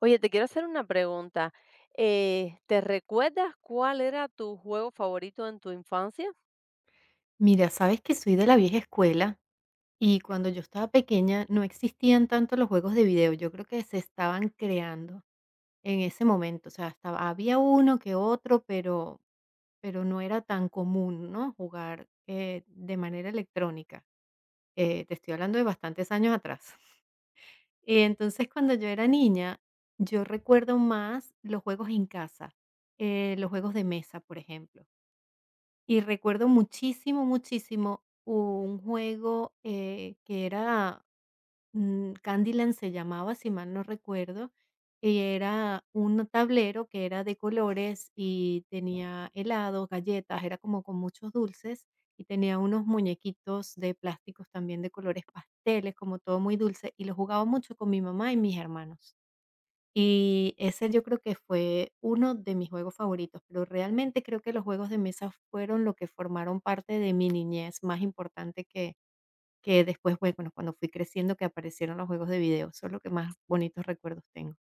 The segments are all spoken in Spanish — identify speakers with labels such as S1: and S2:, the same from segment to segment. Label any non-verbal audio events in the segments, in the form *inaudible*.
S1: Oye, te quiero hacer una pregunta. ¿Te recuerdas cuál era tu juego favorito en tu infancia?
S2: Mira, sabes que soy de la vieja escuela y cuando yo estaba pequeña no existían tanto los juegos de video. Yo creo que se estaban creando en ese momento. O sea, había uno que otro, pero no era tan común, ¿no? Jugar de manera electrónica. Te estoy hablando de bastantes años atrás. *laughs* Y entonces, cuando yo era niña, yo recuerdo más los juegos en casa, los juegos de mesa, por ejemplo. Y recuerdo muchísimo, muchísimo un juego, Candyland se llamaba, si mal no recuerdo, y era un tablero que era de colores y tenía helados, galletas, era como con muchos dulces, y tenía unos muñequitos de plásticos también de colores pasteles, como todo muy dulce, y lo jugaba mucho con mi mamá y mis hermanos. Y ese yo creo que fue uno de mis juegos favoritos, pero realmente creo que los juegos de mesa fueron lo que formaron parte de mi niñez más importante que después, bueno, bueno, cuando fui creciendo que aparecieron los juegos de video, son lo que más bonitos recuerdos tengo.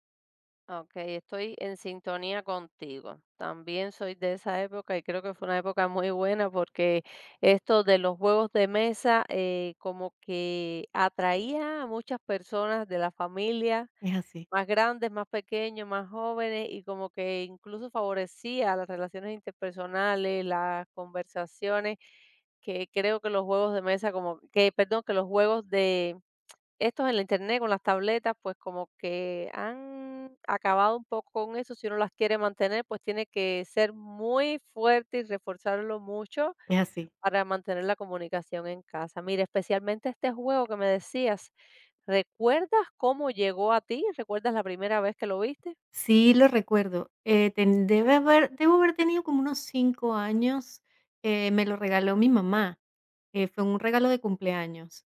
S1: Ok, estoy en sintonía contigo. También soy de esa época y creo que fue una época muy buena porque esto de los juegos de mesa como que atraía a muchas personas de la familia.
S2: Es así,
S1: Más grandes, más pequeños, más jóvenes, y como que incluso favorecía las relaciones interpersonales, las conversaciones, que creo que los juegos de mesa como que perdón, que los juegos de estos en la Internet con las tabletas, pues como que han acabado un poco con eso. Si uno las quiere mantener, pues tiene que ser muy fuerte y reforzarlo mucho
S2: es así.
S1: para mantener la comunicación en casa. Mira, especialmente este juego que me decías, ¿recuerdas cómo llegó a ti? ¿Recuerdas la primera vez que lo viste?
S2: Sí, lo recuerdo. Debo haber tenido como unos 5 años. Me lo regaló mi mamá, fue un regalo de cumpleaños.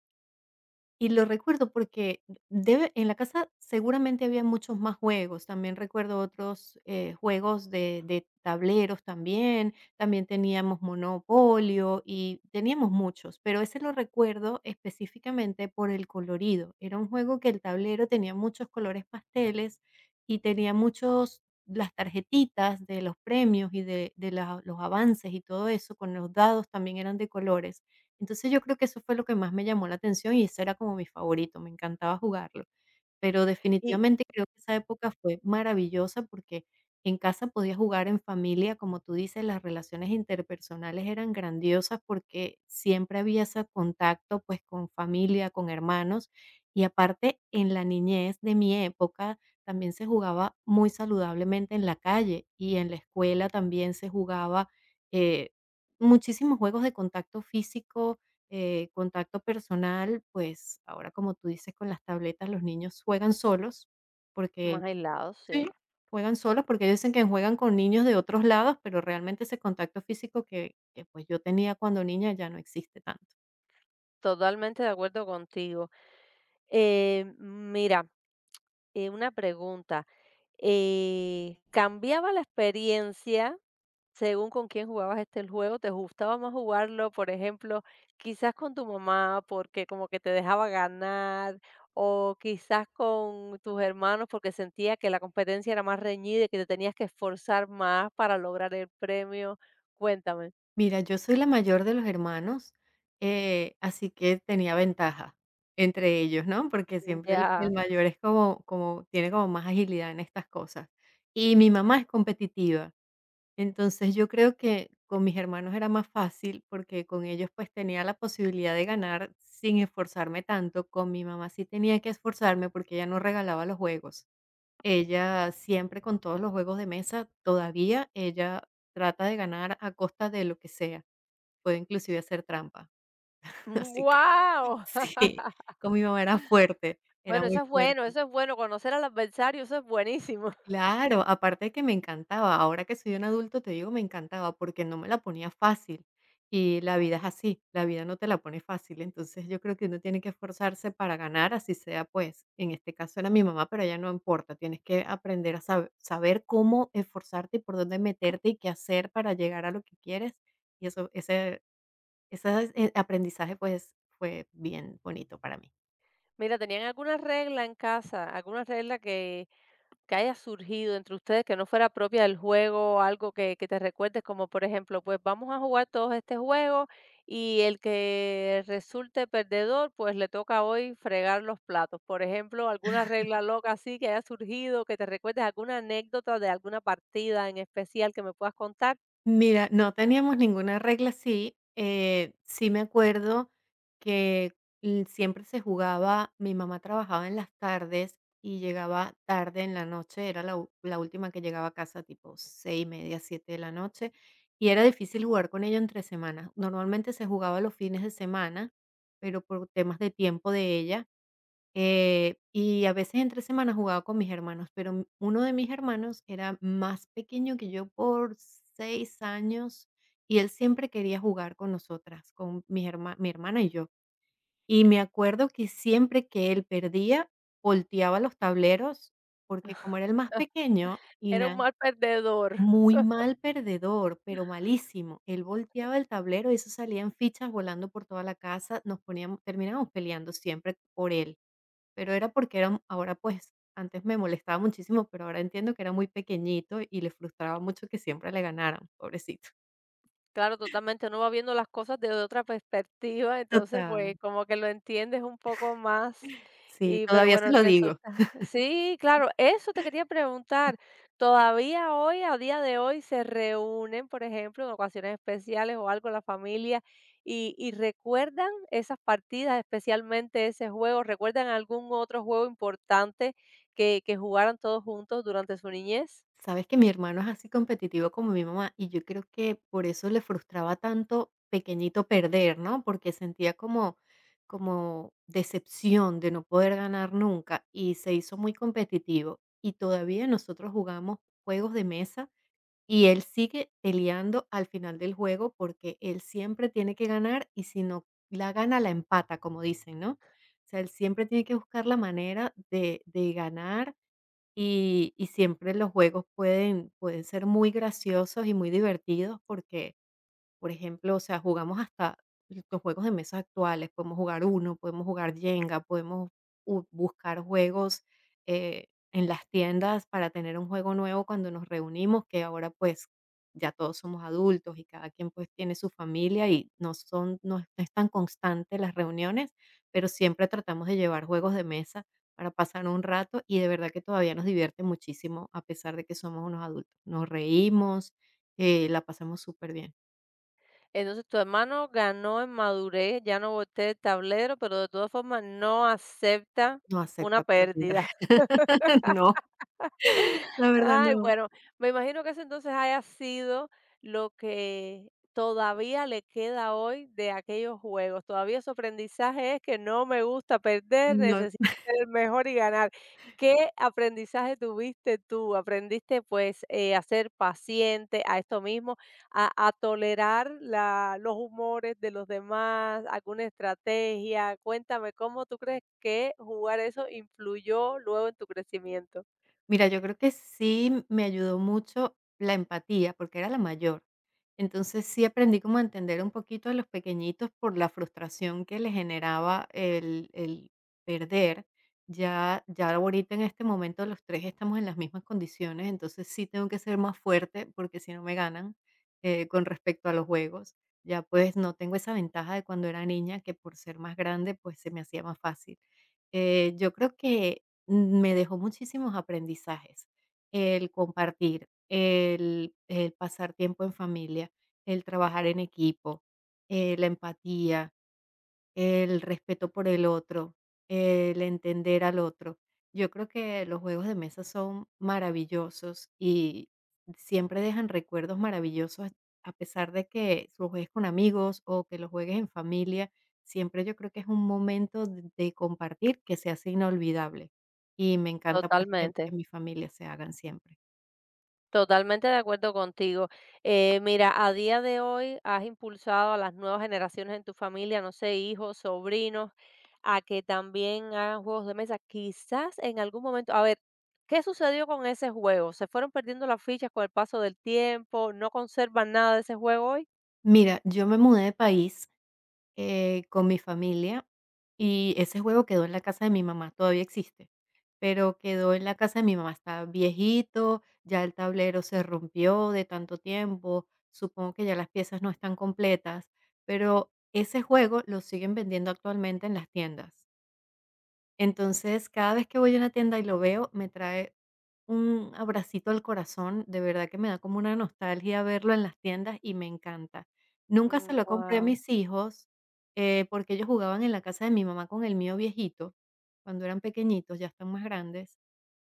S2: Y lo recuerdo porque debe en la casa seguramente había muchos más juegos. También recuerdo otros, juegos de tableros también, también teníamos Monopolio y teníamos muchos, pero ese lo recuerdo específicamente por el colorido. Era un juego que el tablero tenía muchos colores pasteles y tenía muchos las tarjetitas de los premios y de la los avances y todo eso, con los dados también eran de colores. Entonces, yo creo que eso fue lo que más me llamó la atención y ese era como mi favorito, me encantaba jugarlo. Pero
S1: Y
S2: definitivamente creo que esa época fue maravillosa porque en casa podía jugar en familia, como tú dices, las relaciones interpersonales eran grandiosas porque siempre había ese contacto, pues, con familia, con hermanos. Y aparte, en la niñez de mi época también se jugaba muy saludablemente en la calle y en la escuela también se jugaba, eh Muchísimos juegos de contacto físico, contacto personal, pues, ahora, como tú dices, con las tabletas los niños juegan solos, porque
S1: más aislados, sí.
S2: sí, juegan solos, porque dicen que juegan con niños de otros lados, pero realmente ese contacto físico pues, yo tenía cuando niña ya no existe tanto.
S1: Totalmente de acuerdo contigo. Mira, una pregunta. ¿Cambiaba la experiencia según con quién jugabas este el juego? Te gustaba más jugarlo, por ejemplo, quizás con tu mamá, porque como que te dejaba ganar, o quizás con tus hermanos, porque sentía que la competencia era más reñida y que te tenías que esforzar más para lograr el premio. Cuéntame.
S2: Mira, yo soy la mayor de los hermanos, así que tenía ventaja entre ellos, ¿no? Porque
S1: Mm.
S2: siempre el
S1: Ya.
S2: mayor es como tiene como más agilidad en estas cosas. Y mi mamá es competitiva. Entonces, yo creo que con mis hermanos era más fácil, porque con ellos, pues, tenía la posibilidad de ganar sin esforzarme tanto. Con mi mamá sí tenía que esforzarme, porque ella no regalaba los juegos. Ella siempre con todos los juegos de mesa, todavía ella trata de ganar a costa de lo que sea. Puede inclusive hacer trampa.
S1: *laughs*
S2: *laughs* Así que
S1: ¡Guau!
S2: sí,
S1: *laughs*
S2: con mi mamá era fuerte, era
S1: Bueno,
S2: muy
S1: eso es bueno,
S2: fuerte.
S1: eso es bueno, conocer al adversario, eso es buenísimo. *laughs*
S2: Claro, aparte de que me encantaba, ahora que soy un adulto, te digo, me encantaba porque no me la ponía fácil y la vida es así, la vida no te la pone fácil, entonces yo creo que uno tiene que esforzarse para ganar, así sea, pues, en este caso era mi mamá, pero ya no importa, tienes que aprender saber cómo esforzarte y por dónde meterte y qué hacer para llegar a lo que quieres y eso, ese aprendizaje pues fue bien bonito para mí.
S1: Mira, ¿tenían alguna regla en casa? ¿Alguna regla que haya surgido entre ustedes que no fuera propia del juego, algo que te recuerdes, como por ejemplo, pues vamos a jugar todos este juego y el que resulte perdedor, pues le toca hoy fregar los platos? Por ejemplo, alguna regla loca así que haya surgido, que te recuerdes, alguna anécdota de alguna partida en especial que me puedas contar.
S2: Mira, no teníamos ninguna regla así, sí me acuerdo que siempre se jugaba mi mamá trabajaba en las tardes y llegaba tarde en la noche, era la última que llegaba a casa, tipo 6:30, 7 de la noche, y era difícil jugar con ella entre semanas. Normalmente se jugaba los fines de semana, pero por temas de tiempo de ella, y a veces entre semana jugaba con mis hermanos, pero uno de mis hermanos era más pequeño que yo por 6 años, y él siempre quería jugar con nosotras, con mi hermana y yo. Y me acuerdo que siempre que él perdía, volteaba los tableros, porque como era el más pequeño y
S1: Era un
S2: na
S1: mal perdedor.
S2: muy mal perdedor, pero malísimo. Él volteaba el tablero y eso salían fichas volando por toda la casa, nos poníamos terminábamos peleando siempre por él. Pero era porque era ahora, pues, antes me molestaba muchísimo, pero ahora entiendo que era muy pequeñito y le frustraba mucho que siempre le ganaran, pobrecito.
S1: Claro, totalmente. Uno va viendo las cosas desde otra perspectiva, entonces,
S2: Total.
S1: pues, como que lo entiendes un poco más.
S2: Sí,
S1: Y, pero
S2: todavía se
S1: bueno,
S2: lo digo.
S1: resulta. Sí, claro, eso te quería preguntar. ¿Todavía hoy, a día de hoy, se reúnen, por ejemplo, en ocasiones especiales o algo, la familia y recuerdan esas partidas, especialmente ese juego? ¿Recuerdan algún otro juego importante que jugaran todos juntos durante su niñez?
S2: Sabes que mi hermano es así competitivo como mi mamá, y yo creo que por eso le frustraba tanto pequeñito perder, ¿no? Porque sentía como decepción de no poder ganar nunca, y se hizo muy competitivo. Y todavía nosotros jugamos juegos de mesa. Y él sigue peleando al final del juego porque él siempre tiene que ganar y si no la gana, la empata, como dicen, ¿no? O sea, él siempre tiene que buscar la manera de ganar y siempre los juegos pueden ser muy graciosos y muy divertidos porque por ejemplo, o sea, jugamos hasta los juegos de mesa actuales, podemos jugar Uno, podemos jugar Jenga, podemos buscar juegos en las tiendas para tener un juego nuevo cuando nos reunimos, que ahora pues ya todos somos adultos y cada quien pues tiene su familia y no es no es tan constante las reuniones, pero siempre tratamos de llevar juegos de mesa para pasar un rato y de verdad que todavía nos divierte muchísimo a pesar de que somos unos adultos. Nos reímos, la pasamos súper bien.
S1: Entonces tu hermano ganó en madurez, ya no voltea el tablero, pero de todas formas no acepta
S2: No
S1: una
S2: acepta perder.
S1: pérdida.
S2: *laughs* No, la verdad
S1: Ay,
S2: no,
S1: bueno, me imagino que eso entonces haya sido lo que todavía le queda hoy de aquellos juegos. Todavía su aprendizaje es que no me gusta perder,
S2: no.
S1: necesito ser el mejor y ganar. ¿Qué aprendizaje tuviste tú? ¿Aprendiste pues a ser paciente, a esto mismo, a tolerar la- los humores de los demás, alguna estrategia? Cuéntame, ¿cómo tú crees que jugar eso influyó luego en tu crecimiento?
S2: Mira, yo creo que sí me ayudó mucho la empatía, porque era la mayor. Entonces, sí aprendí como a entender un poquito a los pequeñitos por la frustración que les generaba el perder. Ya ahorita en este momento los 3 estamos en las mismas condiciones, entonces sí tengo que ser más fuerte, porque si no me ganan, con respecto a los juegos. Ya, pues, no tengo esa ventaja de cuando era niña, que por ser más grande, pues, se me hacía más fácil. Yo creo que me dejó muchísimos aprendizajes. El compartir, el pasar tiempo en familia, el trabajar en equipo, la empatía, el respeto por el otro, el entender al otro. Yo creo que los juegos de mesa son maravillosos y siempre dejan recuerdos maravillosos, a pesar de que los juegues con amigos o que los juegues en familia, siempre yo creo que es un momento de compartir que se hace inolvidable y me encanta pues que
S1: Totalmente.
S2: mi familia se hagan siempre.
S1: Totalmente de acuerdo contigo. Mira, a día de hoy has impulsado a las nuevas generaciones en tu familia, no sé, hijos, sobrinos, a que también hagan juegos de mesa. Quizás en algún momento, a ver, ¿qué sucedió con ese juego? ¿Se fueron perdiendo las fichas con el paso del tiempo? ¿No conservan nada de ese juego hoy?
S2: Mira, yo me mudé de país con mi familia y ese juego quedó en la casa de mi mamá, todavía existe, pero quedó en la casa de mi mamá, está viejito, ya el tablero se rompió de tanto tiempo, supongo que ya las piezas no están completas, pero ese juego lo siguen vendiendo actualmente en las tiendas. Entonces, cada vez que voy a una tienda y lo veo, me trae un abracito al corazón, de verdad que me da como una nostalgia verlo en las tiendas y me encanta. Nunca se lo compré a
S1: Wow.
S2: mis hijos, porque ellos jugaban en la casa de mi mamá con el mío viejito, cuando eran pequeñitos, ya están más grandes.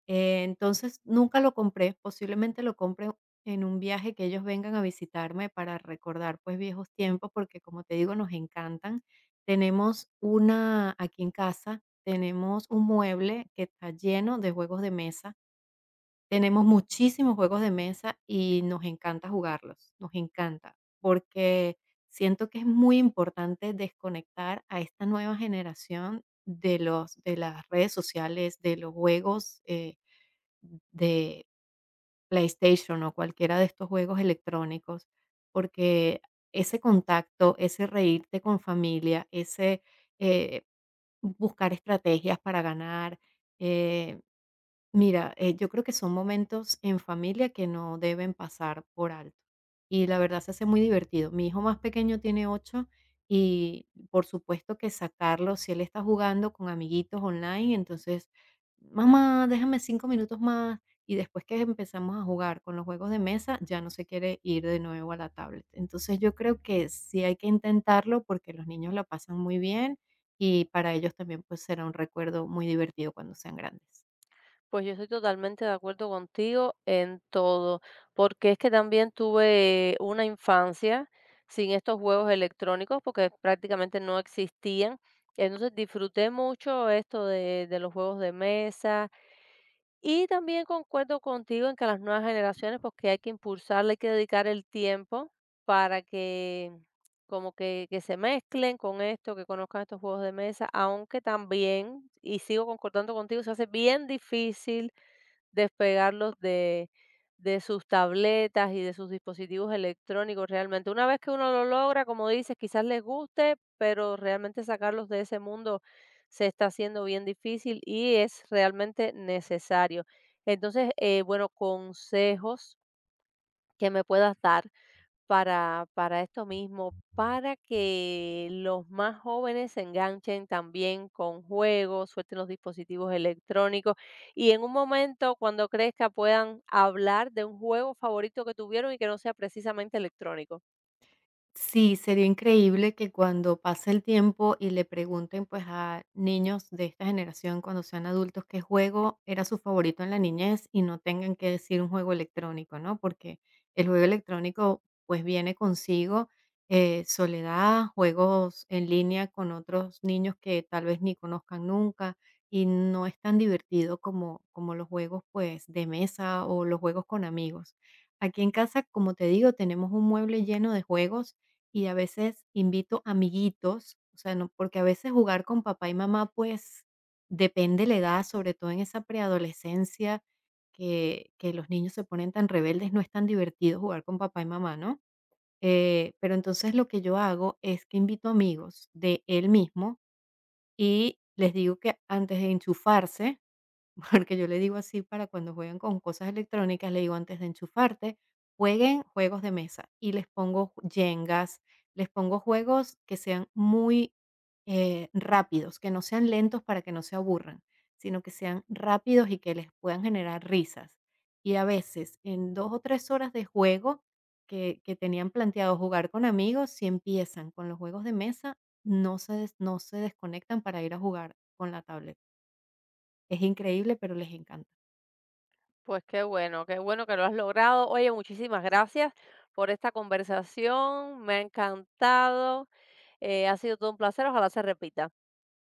S2: Entonces, nunca lo compré, posiblemente lo compre en un viaje que ellos vengan a visitarme para recordar, pues, viejos tiempos, porque, como te digo, nos encantan. Tenemos una aquí en casa, tenemos un mueble que está lleno de juegos de mesa, tenemos muchísimos juegos de mesa y nos encanta jugarlos, nos encanta, porque siento que es muy importante desconectar a esta nueva generación de las redes sociales, de los juegos, de PlayStation o cualquiera de estos juegos electrónicos, porque ese contacto, ese reírte con familia, ese eh, buscar estrategias para ganar, eh, Mira, yo creo que son momentos en familia que no deben pasar por alto. Y la verdad se hace muy divertido. Mi hijo más pequeño tiene 8 y por supuesto que sacarlo, si él está jugando con amiguitos online, entonces, mamá, déjame 5 minutos más. Y después que empezamos a jugar con los juegos de mesa, ya no se quiere ir de nuevo a la tablet. Entonces yo creo que sí hay que intentarlo porque los niños la pasan muy bien y para ellos también pues será un recuerdo muy divertido cuando sean grandes.
S1: Pues yo estoy totalmente de acuerdo contigo en todo, porque es que también tuve una infancia sin estos juegos electrónicos, porque prácticamente no existían. Entonces disfruté mucho esto de los juegos de mesa y también concuerdo contigo en que a las nuevas generaciones, pues que hay que impulsarle, hay que dedicar el tiempo para que como que se mezclen con esto, que conozcan estos juegos de mesa, aunque también, y sigo concordando contigo, se hace bien difícil despegarlos de sus tabletas y de sus dispositivos electrónicos realmente. Una vez que uno lo logra, como dices, quizás les guste, pero realmente sacarlos de ese mundo se está haciendo bien difícil y es realmente necesario. Entonces, bueno, consejos que me puedas dar para esto mismo, para que los más jóvenes se enganchen también con juegos, suelten los dispositivos electrónicos, y en un momento, cuando crezca, puedan hablar de un juego favorito que tuvieron y que no sea precisamente electrónico.
S2: Sí, sería increíble que cuando pase el tiempo y le pregunten, pues, a niños de esta generación cuando sean adultos qué juego era su favorito en la niñez y no tengan que decir un juego electrónico, ¿no? Porque el juego electrónico, pues, viene consigo, soledad, juegos en línea con otros niños que tal vez ni conozcan nunca y no es tan divertido como los juegos, pues, de mesa o los juegos con amigos. Aquí en casa, como te digo, tenemos un mueble lleno de juegos y a veces invito amiguitos, o sea, no porque a veces jugar con papá y mamá, pues, depende la edad, sobre todo en esa preadolescencia que los niños se ponen tan rebeldes, no es tan divertido jugar con papá y mamá, ¿no? Pero entonces lo que yo hago es que invito amigos de él mismo y les digo que antes de enchufarse porque yo le digo así para cuando juegan con cosas electrónicas, le digo: "Antes de enchufarte, jueguen juegos de mesa", y les pongo yengas, les pongo juegos que sean muy, rápidos, que no sean lentos para que no se aburran, sino que sean rápidos y que les puedan generar risas. Y a veces, en 2 o 3 horas de juego que tenían planteado jugar con amigos, si empiezan con los juegos de mesa, no se desconectan para ir a jugar con la tablet. Es increíble, pero les encanta.
S1: Pues qué bueno que lo has logrado. Oye, muchísimas gracias por esta conversación, me ha encantado, ha sido todo un placer, ojalá se repita.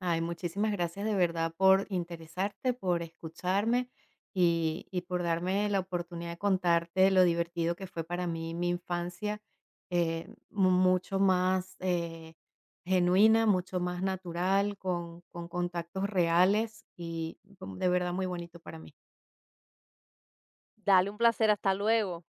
S2: Ay, muchísimas gracias de verdad por interesarte, por escucharme y por darme la oportunidad de contarte lo divertido que fue para mí mi infancia, mucho más genuina, mucho más natural, con contactos reales y de verdad muy bonito para mí.
S1: Dale, un placer, hasta luego.